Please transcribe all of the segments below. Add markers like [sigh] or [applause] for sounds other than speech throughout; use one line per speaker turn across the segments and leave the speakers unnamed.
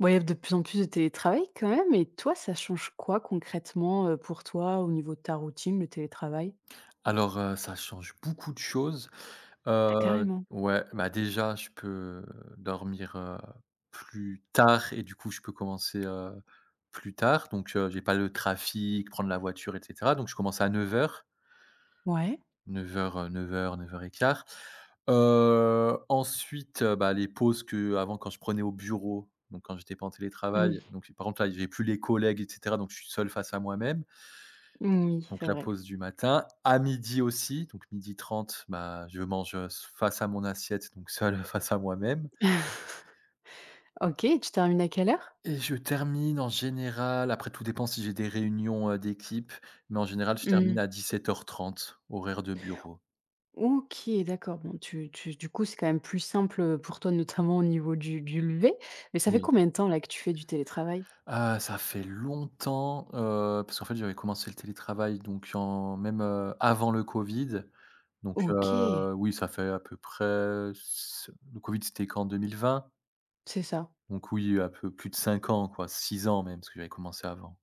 Bon, il y a de plus en plus de télétravail quand même et toi, ça change quoi concrètement, pour toi au niveau de ta routine, le télétravail?
Alors, ça change beaucoup de choses.
Ah
Ouais.
carrément,
Ouais, bah, déjà, je peux dormir, plus tard et du coup, je peux commencer, plus tard. Donc, j'ai pas le trafic, prendre la voiture, et cetera. Donc, je commence à
ouais.
9:00, 9:00, 9:00, 9:15. Ensuite, bah, les pauses que avant quand je prenais au bureau, donc quand j'étais pas en télétravail,
Mmh.
donc par contre, là, j'ai plus les collègues, et cetera, donc je suis seul face à moi-même.
Oui,
Donc
c'est
la
vrai.
pause du matin, à midi aussi, donc midi trente, bah, je mange, s face à mon assiette, donc seul [laughs] face à moi-même
[laughs] OK, tu termines à quelle heure?
et je termine en général, après tout dépend si j'ai des réunions, d'équipe, mais en général je termine
Mmh.
à 17:30, horaire de bureau.
OK, d'accord. Bon, tu du coup, c'est quand même plus simple, pour toi, notamment au niveau du lever. Mais ça fait
Oui.
combien de temps là que tu fais du télétravail?
Ah, ça fait longtemps, parce qu'en fait j'avais commencé le télétravail donc en même, avant le Covid. Donc,
OK,
oui, ça fait à peu près. Le Covid c'était qu'en 2020?
c'est ça.
Donc oui, un peu plus de 5 ans quoi, 6 ans même, parce que j'avais commencé avant.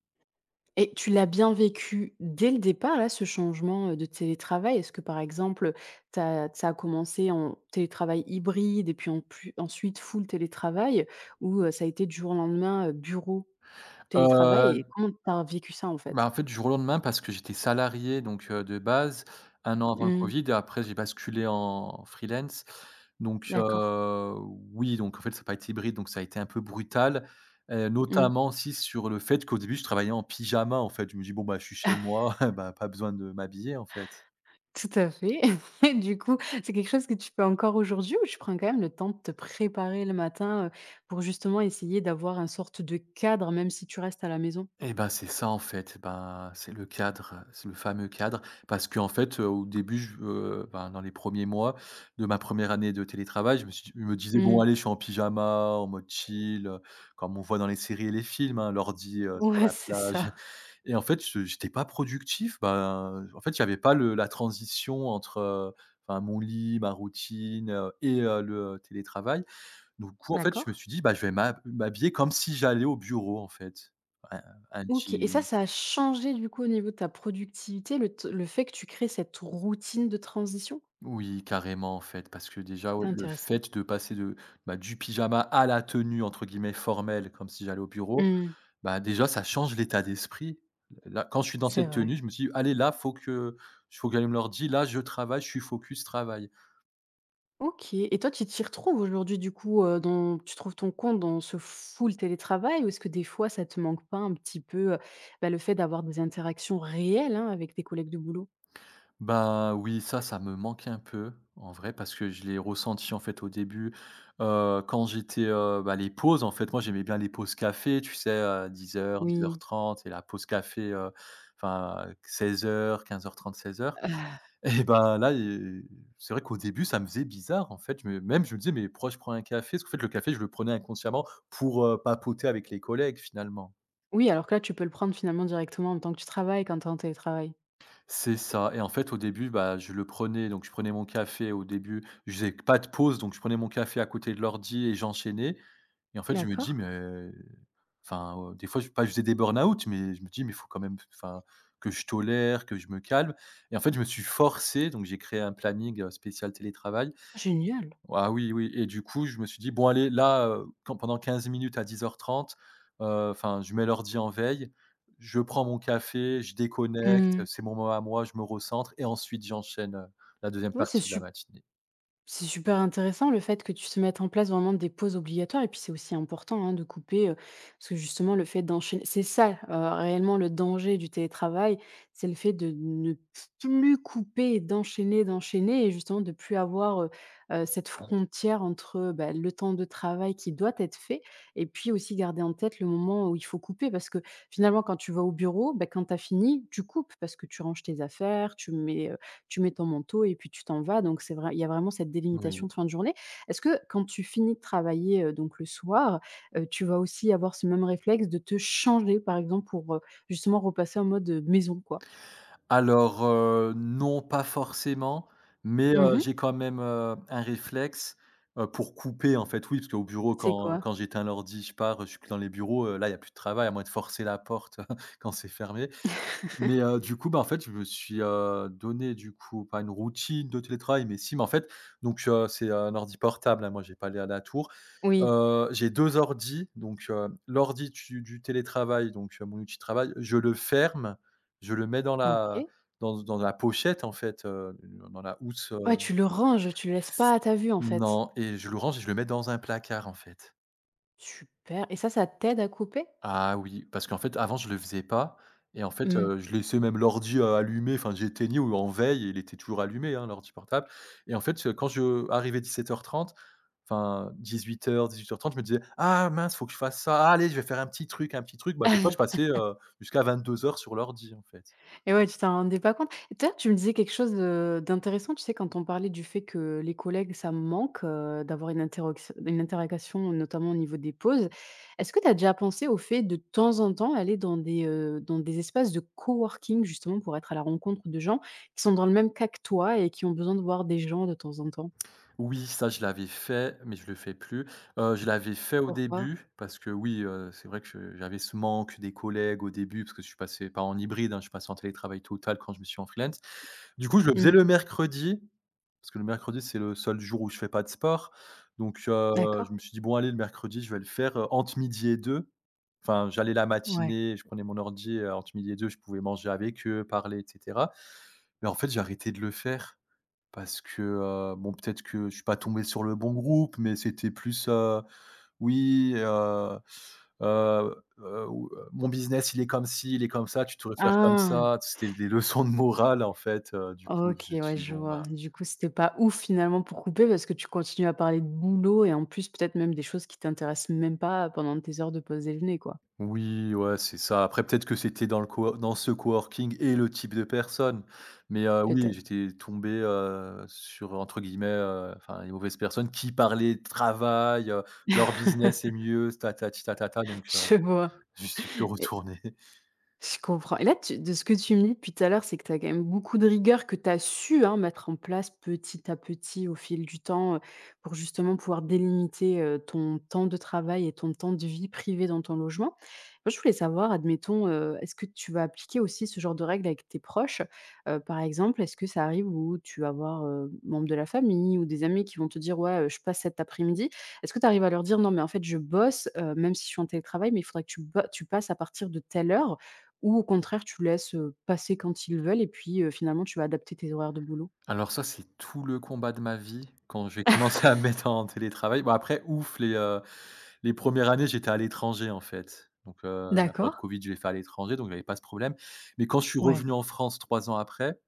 Et tu l'as bien vécu dès le départ, là, ce changement, de télétravail? Est-ce que, par exemple, tu ça a commencé en télétravail hybride et puis en plus ensuite full télétravail ou, ça a été du jour au lendemain, bureau, télétravail et
Heu,
comment tu as vécu ça, en
Bah,
fait?
en fait, du jour au lendemain parce que j'étais salarié, donc de base, 1 an avant le
Mmh,
Covid et après j'ai basculé en freelance. Donc
d'accord.
oui, donc en fait, ça a pas été hybride, donc ça a été un peu brutal,
Mmh.
notamment aussi sur le fait qu'au début, je travaillais en pyjama, en fait. Je me dis: «Bon, bah, je suis chez moi, [laughs] bah, pas besoin de m'habiller, en fait».
Tout à fait. [laughs] Et du coup, c'est quelque chose que tu fais encore aujourd'hui ou tu prends quand même le temps de te préparer le matin, pour justement essayer d'avoir une sorte de cadre, même si tu restes à la maison?
Eh ben, c'est ça en fait. Eh ben, c'est le cadre, c'est le fameux cadre parce qu'en fait, au début, je ben, dans les premiers mois de ma première année de télétravail, je me disais: «Bon
Mmh.
allez, je suis en pyjama, en mode chill, comme on voit dans les séries et les films, hein, l'ordi, sur
Ouais,
la
c'est
plage»
ça.
[laughs] et en fait, je j'étais pas productif, ben, en fait, j'avais pas le la transition entre, enfin mon lit, ma routine, et le télétravail. Du coup, en fait, je
D'accord.
me suis dit: «Bah, je vais m'habiller comme si j'allais au bureau, en fait». Un un
OK et ça,
jean.
ça a changé du coup au niveau de ta productivité, le fait que tu crées cette routine de transition?
Oui, carrément, en fait, parce que déjà, ouais,
C'est
le
intéressant.
fait de passer de, bah, du pyjama à la tenue, entre guillemets, «formelle», comme si j'allais au bureau,
Mmh.
bah, déjà, ça change l'état d'esprit. Là, quand je suis dans
C'est
cette tenue,
vrai.
je me suis dit: «Allez, là, faut que j'allume l'ordi. Là, je travaille, je suis focus travail».
OK et toi, tu t'y retrouves aujourd'hui du coup, dans tu trouves ton compte dans ce full télétravail ou est-ce que des fois ça te manque pas un petit peu, bah, le fait d'avoir des interactions réelles, hein, avec tes collègues de boulot?
Ben, oui, ça me manquait un peu, en vrai, parce que je l'ai ressenti, en fait, au début, quand j'étais, bah, les pauses, en fait, moi, j'aimais bien les pauses café, tu sais, à 10 h, dix heures
Oui.
trente et la pause café, enfin, 16 h, 15 h 30, 16 h.
Ah.
[laughs] Et ben là. Et c'est vrai qu'au début, ça me faisait bizarre, en fait, je me même, je me disais: «Mais pourquoi je prends un café?» parce qu'en fait, le café, je le prenais inconsciemment pour, papoter avec les collègues, finalement.
Oui, alors que là, tu peux le prendre finalement directement en tant que tu travailles quand tu es en télétravail.
C'est ça. Et en fait, au début, bah, je le prenais donc je prenais mon café. Au début, je faisais pas de pause donc je prenais mon café à côté de l'ordi et j'enchaînais. Et en fait, je me
D'accord.
dis: «Mais» enfin, des fois, je pas je faisais des burn-out, mais je me dis: «Mais il faut quand même enfin, que je tolère, que je me calme». Et en fait, je me suis forcé, donc j'ai créé un planning, spécial télétravail.
Génial.
Ah oui, oui. Et du coup, je me suis dit: «Bon allez, là, quand pendant 15 minutes à 10:30, enfin, je mets l'ordi en veille, je prends mon café, je déconnecte,
Mmh.
c'est mon moment à moi, je me recentre et ensuite j'enchaîne, la deuxième
Ouais, c'est
partie de la
super.
matinée».
C'est super intéressant le fait que tu se mettes en place vraiment des pauses obligatoires et puis c'est aussi important hein, de couper, parce que justement le fait d'enchaîner c'est ça, réellement le danger du télétravail, c'est le fait de ne plus couper et d'enchaîner, d'enchaîner et justement de plus avoir, cette frontière entre, bah, le temps de travail qui doit être fait et puis aussi garder en tête le moment où il faut couper. Parce que finalement quand tu vas au bureau, bah, quand tu as fini, tu coupes parce que tu ranges tes affaires, tu mets ton manteau et puis tu t'en vas. Donc c'est vrai, il y a vraiment cette délimitation
Oui.
de fin de journée. Est-ce que quand tu finis de travailler, donc le soir, tu vas aussi avoir ce même réflexe de te changer, par exemple, pour, justement repasser en mode, maison, quoi?
Alors, non, pas forcément, mais,
Mmh.
j'ai quand même, un réflexe, pour couper en fait, oui, parce qu'au bureau
C'est
quand
quoi?
quand j'éteins l'ordi, je pars, je suis plus dans les bureaux, là, il y a plus de travail à moins de forcer la porte [laughs] quand c'est fermé. Mais du coup, bah, en fait, je me suis, donné du coup, pas une routine de télétravail, mais si, mais en fait, donc c'est un ordi portable, hein, moi j'ai pas les à la tour.
Oui.
J'ai 2 ordis, donc l'ordi tu du télétravail, donc mon outil de travail, je le ferme, je le mets dans la
OK.
dans dans la pochette en fait, dans la housse,
Ouais, tu le ranges, tu le laisses pas à ta vue, en fait.
non. Et je le range et je le mets dans un placard en fait.
Super et ça t'aide à couper?
Ah oui, parce qu'en fait, avant, je le faisais pas. Et en fait,
Mmh.
je laissais même l'ordi, allumé, enfin, j'éteignais ou en veille, et il était toujours allumé, hein, l'ordi portable. Et en fait, quand je arrivais 17 h 30, enfin 18 h 30, je me disais: «Ah mince, faut que je fasse ça. Ah allez, je vais faire un petit truc, un petit truc». Bah, des fois, je
[laughs]
passais, jusqu'à 22 h sur l'ordi, en fait.
Et ouais, tu t'en rendais pas compte. Et d'ailleurs, tu me disais quelque chose de d'intéressant, tu sais, quand on parlait du fait que les collègues, ça me manque, d'avoir une interrogation, notamment au niveau des pauses. Est-ce que tu as déjà pensé au fait de temps en temps aller dans des espaces de coworking justement pour être à la rencontre de gens qui sont dans le même cas que toi et qui ont besoin de voir des gens de temps en temps?
Oui, ça je l'avais fait, mais je le fais plus. Je l'avais fait au
Pourquoi?
début parce que oui, c'est vrai que je j'avais ce manque des collègues au début parce que je suis passé pas en hybride, hein, je suis passé en télétravail total quand je me suis en freelance. Du coup, je le faisais
Mmh.
le mercredi, parce que le mercredi, c'est le seul jour où je fais pas de sport. Donc
D'accord.
je me suis dit: «Bon allez, le mercredi, je vais le faire, entre midi et deux. Enfin, j'allais la
Ouais.
matinée, je prenais mon ordi, entre midi et deux, je pouvais manger avec eux, parler et cetera. Mais en fait, j'ai arrêté de le faire. Parce que, bon, peut-être que je suis pas tombé sur le bon groupe, mais c'était plus: «Oui, ou mon business, il est comme ci, il est comme ça, tu devrais faire comme
Ah!
ça». C'était des leçons de morale, en fait, du coup, je
OK,
me
ouais,
suis dit:
je
«Bon,
vois.
bah,
Du coup, c'était pas ouf finalement pour couper parce que tu continues à parler de boulot et en plus peut-être même des choses qui t'intéressent même pas pendant tes heures de pause déjeuner quoi,
oui, ouais, c'est ça». Après, peut-être que c'était dans ce coworking et le type de personne, mais, oui,
peut-être?
j'étais tombé, sur, entre guillemets, enfin, les mauvaises personnes qui parlaient de travail, leur business est mieux, tatati tatata, donc,
[laughs] Je vois.
je suis plus retourné. [laughs]
Je comprends et là tu de ce que tu me dis depuis tout à l'heure, c'est que tu as quand même beaucoup de rigueur que tu as su, hein, mettre en place petit à petit au fil du temps, pour justement pouvoir délimiter, ton temps de travail et ton temps de vie privée dans ton logement. Moi, je voulais savoir, admettons, est-ce que tu vas appliquer aussi ce genre de règles avec tes proches? Par exemple, est-ce que ça arrive où tu vas voir, membres de la famille ou des amis qui vont te dire: «Ouais, je passe cet après-midi». Est-ce que tu arrives à leur dire: «Non mais en fait je bosse, même si je suis en télétravail, mais il faudrait que tu passes à partir de telle heure». Ou au contraire, tu laisses, passer quand ils veulent et puis, finalement, tu vas adapter tes horaires de boulot?
Alors ça, c'est tout le combat de ma vie, quand j'ai commencé à me mettre en télétravail. Bon après, ouf, les premières années, j'étais à l'étranger, en fait. Donc, la
D'accord,
période Covid, je l'ai fait à l'étranger, donc j'avais pas ce problème. Mais quand je suis
ouais.
revenu en France 3 ans après,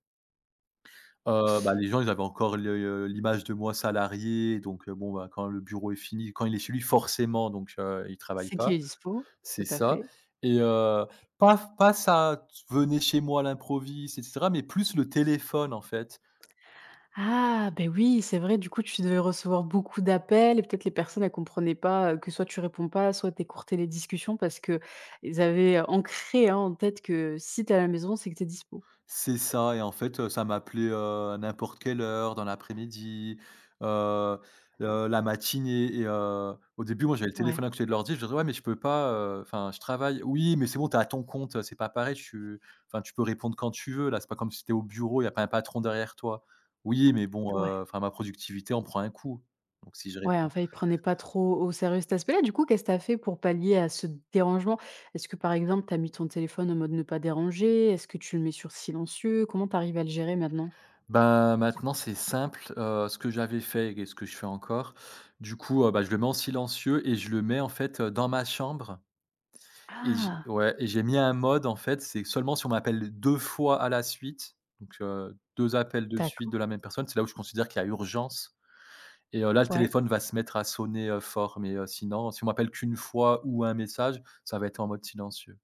bah, les gens, ils avaient encore l'image de moi salarié, donc, bon, bah, quand le bureau est fini, quand il est chez lui, forcément, donc, il travaille
C'est
pas.
qui est dispo,
C'est
tout à
ça.
fait.
Et pas ça, «venez chez moi à l'improviste» et cetera, mais plus le téléphone, en fait.
Ah, ben oui, c'est vrai, du coup, tu devais recevoir beaucoup d'appels et peut-être les personnes, elles comprenaient pas, que soit tu réponds pas, soit tu écourtais les discussions parce que ils avaient ancré, hein, en tête que si tu es à la maison, c'est que tu es dispo.
C'est ça. Et en fait, ça m'appelait, à n'importe quelle heure dans l'après-midi, heu la matinée, et au début, moi, j'avais le téléphone
Ouais.
à côté de l'ordi, je disais: «Ouais, mais je peux pas, enfin, je travaille». «Oui, mais c'est bon, t'es à ton compte, c'est pas pareil, tu enfin, tu peux répondre quand tu veux là, c'est pas comme si tu au bureau, il y a pas un patron derrière toi». «Oui, mais bon,
Ouais.
enfin, ma productivité en prend un coup, donc si je
Ouais,
réponds».
enfin, ils prenaient pas trop au sérieux cet aspect-là. Du coup, qu'est-ce que tu as fait pour pallier à ce dérangement? Est-ce que, par exemple, tu as mis ton téléphone en mode ne pas déranger? Est-ce que tu le mets sur silencieux? Comment tu arrives à le gérer maintenant?
Bah, maintenant, c'est simple, ce que j'avais fait et ce que je fais encore, du coup, bah, je le mets en silencieux et je le mets en fait, dans ma chambre. Et j'ai
Ah,
ouais, et j'ai mis un mode en fait, c'est seulement si on m'appelle 2 fois à la suite, donc 2 appels de suite de
d'accord,
la même personne, c'est là où je considère qu'il y a urgence. Et là, le
ouais.
téléphone va se mettre à sonner, fort, mais sinon, si on m'appelle qu'une fois ou un message, ça va être en mode silencieux.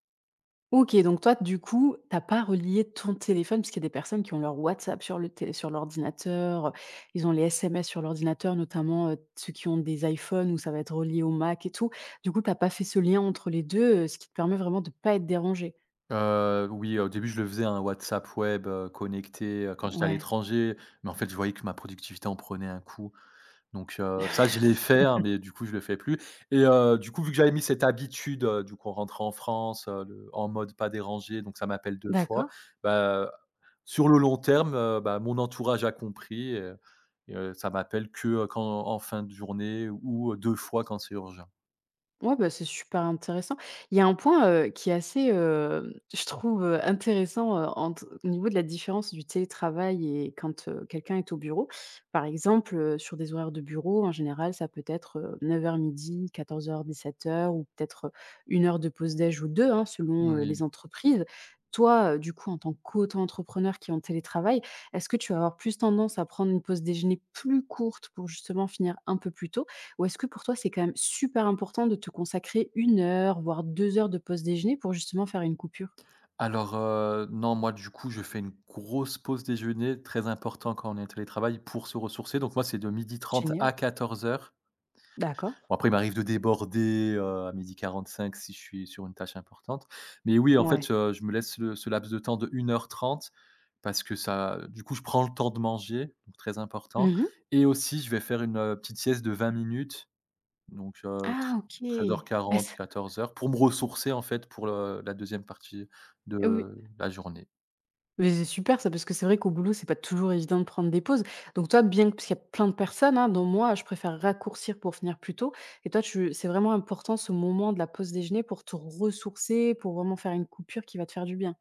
OK, donc toi, du coup, t'as pas relié ton téléphone, parce qu'il y a des personnes qui ont leur WhatsApp sur le télé sur l'ordinateur, ils ont les SMS sur l'ordinateur, notamment, ceux qui ont des iPhones où ça va être relié au Mac et tout. Du coup, t'as pas fait ce lien entre les 2, ce qui te permet vraiment de pas être dérangé?
Oui, au début, je le faisais un WhatsApp web, connecté, quand j'étais à
Ouais,
l'étranger, mais en fait, je voyais que ma productivité en prenait un coup. Donc, ça, je l'ai fait, hein, mais du coup je le fais plus. Et du coup, vu que j'avais mis cette habitude, du coup en rentrant en France, le en mode pas dérangé, donc ça m'appelle 2 fois.
d'accord.
Bah, sur le long terme, bah, mon entourage a compris, et ça m'appelle que, quand en fin de journée, ou 2 fois quand c'est urgent.
Ouais, bah, c'est super intéressant. Il y a un point, qui est assez, je trouve, intéressant, entre au niveau de la différence du télétravail et quand, quelqu'un est au bureau. Par exemple, sur des horaires de bureau, en général, ça peut être, 9h midi, 14h, 17h, ou peut-être, 1 heure de pause déj ou 2, hein, selon, les
Oui.
entreprises. Toi, du coup, en tant qu'auto-entrepreneur qui est en télétravail, est-ce que tu vas avoir plus tendance à prendre une pause déjeuner plus courte pour justement finir un peu plus tôt? Ou est-ce que pour toi, c'est quand même super important de te consacrer 1 heure, voire 2 heures de pause déjeuner pour justement faire une coupure?
Alors, non, moi du coup je fais une grosse pause déjeuner, très important quand on est en télétravail pour se ressourcer. Donc moi, c'est de 12h30 à
Génial.
14h.
D'accord.
Bon, après, il m'arrive de déborder, à cinq si je suis sur une tâche importante. Mais oui, en fait,
Ouais.
je me laisse le ce laps de temps de 1h30 parce que ça du coup, je prends le temps de manger, donc très important,
Mmh.
et aussi je vais faire une, petite sieste de 20 minutes, donc tre
Ah OK.
treize heures
Est-ce
quarante, 14h, pour me ressourcer, en fait, pour le la deuxième partie
oui.
de la journée.
Mais c'est super ça, parce que c'est vrai qu'au boulot, c'est pas toujours évident de prendre des pauses. Donc toi, bien que parce qu'il y a plein de personnes, hein, dont moi, je préfère raccourcir pour finir plus tôt et toi, tu c'est vraiment important ce moment de la pause déjeuner pour te ressourcer, pour vraiment faire une coupure qui va te faire du bien?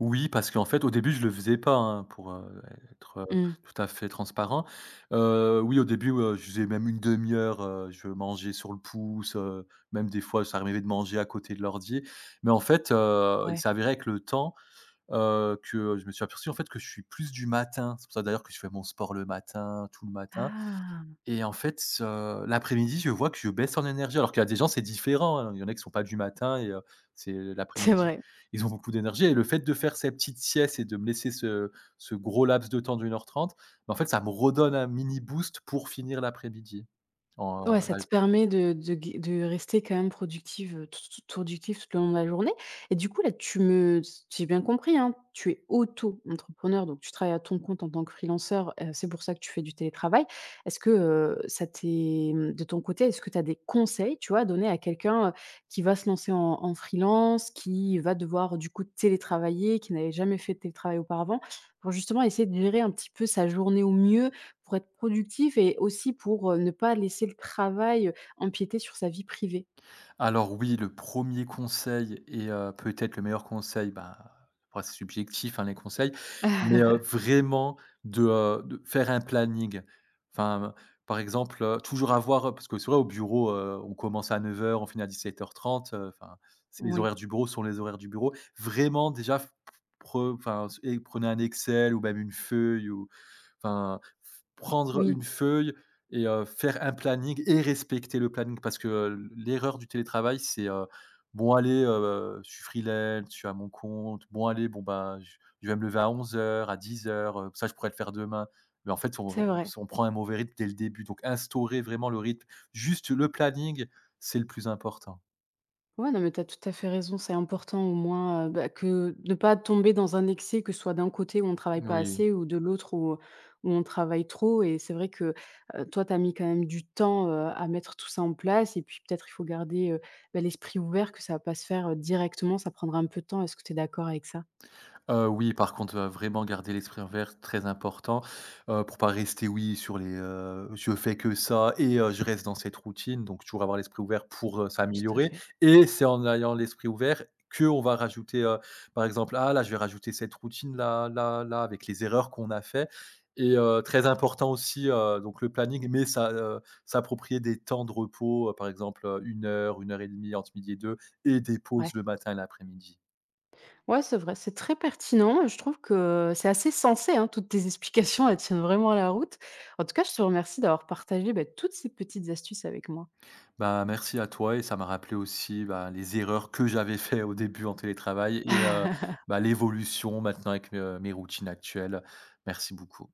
Oui, parce qu'en fait, au début, je le faisais pas, hein, pour être
Mmh.
tout à fait transparent. Oui, au début, je faisais même une demi heure, je mangeais sur le pouce, même des fois, ça arrivait de manger à côté de l'ordi. Mais en fait, il
Ouais.
s'est avéré avec le temps, que je me suis aperçu, en fait, que je suis plus du matin. C'est pour ça d'ailleurs que je fais mon sport le matin, tout le matin.
Ah!
Et en fait, l'après-midi, je vois que je baisse en énergie, alors qu'il y a des gens, c'est différent, hein. Il y en a qui sont pas du matin et c'est
C'est
l'après-midi.
vrai.
Ils ont beaucoup d'énergie, et le fait de faire ces petites siestes et de me laisser ce gros laps de temps d'une heure 30, en fait, ça me redonne un mini boost pour finir l'après-midi en, heu,
Ouais, ça
là
te permet de rester quand même productive, tou tou productif tout le long de la journée et du coup, là, tu me si j'ai bien compris, hein, tu es auto-entrepreneur, donc tu travailles à ton compte en tant que freelanceur, c'est pour ça que tu fais du télétravail. Est-ce que, ça t'est de ton côté, est-ce que tu as des conseils, tu vois, à donner à quelqu'un, qui va se lancer en freelance, qui va devoir, du coup, télétravailler, qui n'avait jamais fait de télétravail auparavant, pour justement essayer de gérer un petit peu sa journée au mieux, pour être productif et aussi pour, ne pas laisser le travail, empiéter sur sa vie privée.
Alors oui, le premier conseil et peut-être le meilleur conseil, bah, après c'est subjectif, hein, les conseils, mais
[laughs]
vraiment de faire un planning. Enfin, par exemple, toujours avoir, parce que c'est vrai, au bureau, on commence à 9h, on finit à 17h30, enfin, c'est les
Oui,
horaires du bureau sont les horaires du bureau. Vraiment, déjà pre enfin, et prenez un Excel ou même une feuille, ou enfin, prendre
oui,
une feuille et faire un planning et respecter le planning, parce que l'erreur du télétravail, c'est: «Bon, allez, je suis freelance, je suis à mon compte. Bon allez, bon ben, je vais me lever à 11h à 10h, ça je pourrais le faire demain». Mais en fait, on
c'est
on
vrai.
on prend un mauvais rythme dès le début, donc instaurer vraiment le rythme, juste le planning, c'est le plus important.
Ouais, non, mais tu as tout à fait raison, c'est important au moins, bah, que de ne pas tomber dans un excès, que ce soit d'un côté où on ne travaille pas
Oui.
assez ou de l'autre où, où on travaille trop et c'est vrai que, toi, tu as mis quand même du temps, à mettre tout ça en place et puis peut-être il faut garder, bah, l'esprit ouvert que ça va pas se faire, directement, ça prendra un peu de temps. Est-ce que tu es d'accord avec ça?
Oui, par contre, vraiment garder l'esprit ouvert, très important, pour pas rester, oui, sur les, «Je fais que ça et je reste dans cette routine», donc toujours avoir l'esprit ouvert pour
Tout à
s'améliorer,
fait.
et c'est en ayant l'esprit ouvert que on va rajouter, par exemple: «Ah là, je vais rajouter cette routine là, là, là», avec les erreurs qu'on a fait. Et très important aussi, donc le planning, mais ça, s'approprier des temps de repos, par exemple, 1 heure, 1h30 entre midi et 2, et des
Ouais.
pauses le matin et l'après-midi.
Ouais, c'est vrai, c'est très pertinent. Je trouve que c'est assez sensé, hein, toutes tes explications, elles tiennent vraiment la route. En tout cas, je te remercie d'avoir partagé, bah, toutes ces petites astuces avec moi.
Bah, merci à toi et ça m'a rappelé aussi, bah, les erreurs que j'avais fait au début en télétravail et
[laughs]
bah, l'évolution maintenant avec mes routines actuelles. Merci beaucoup.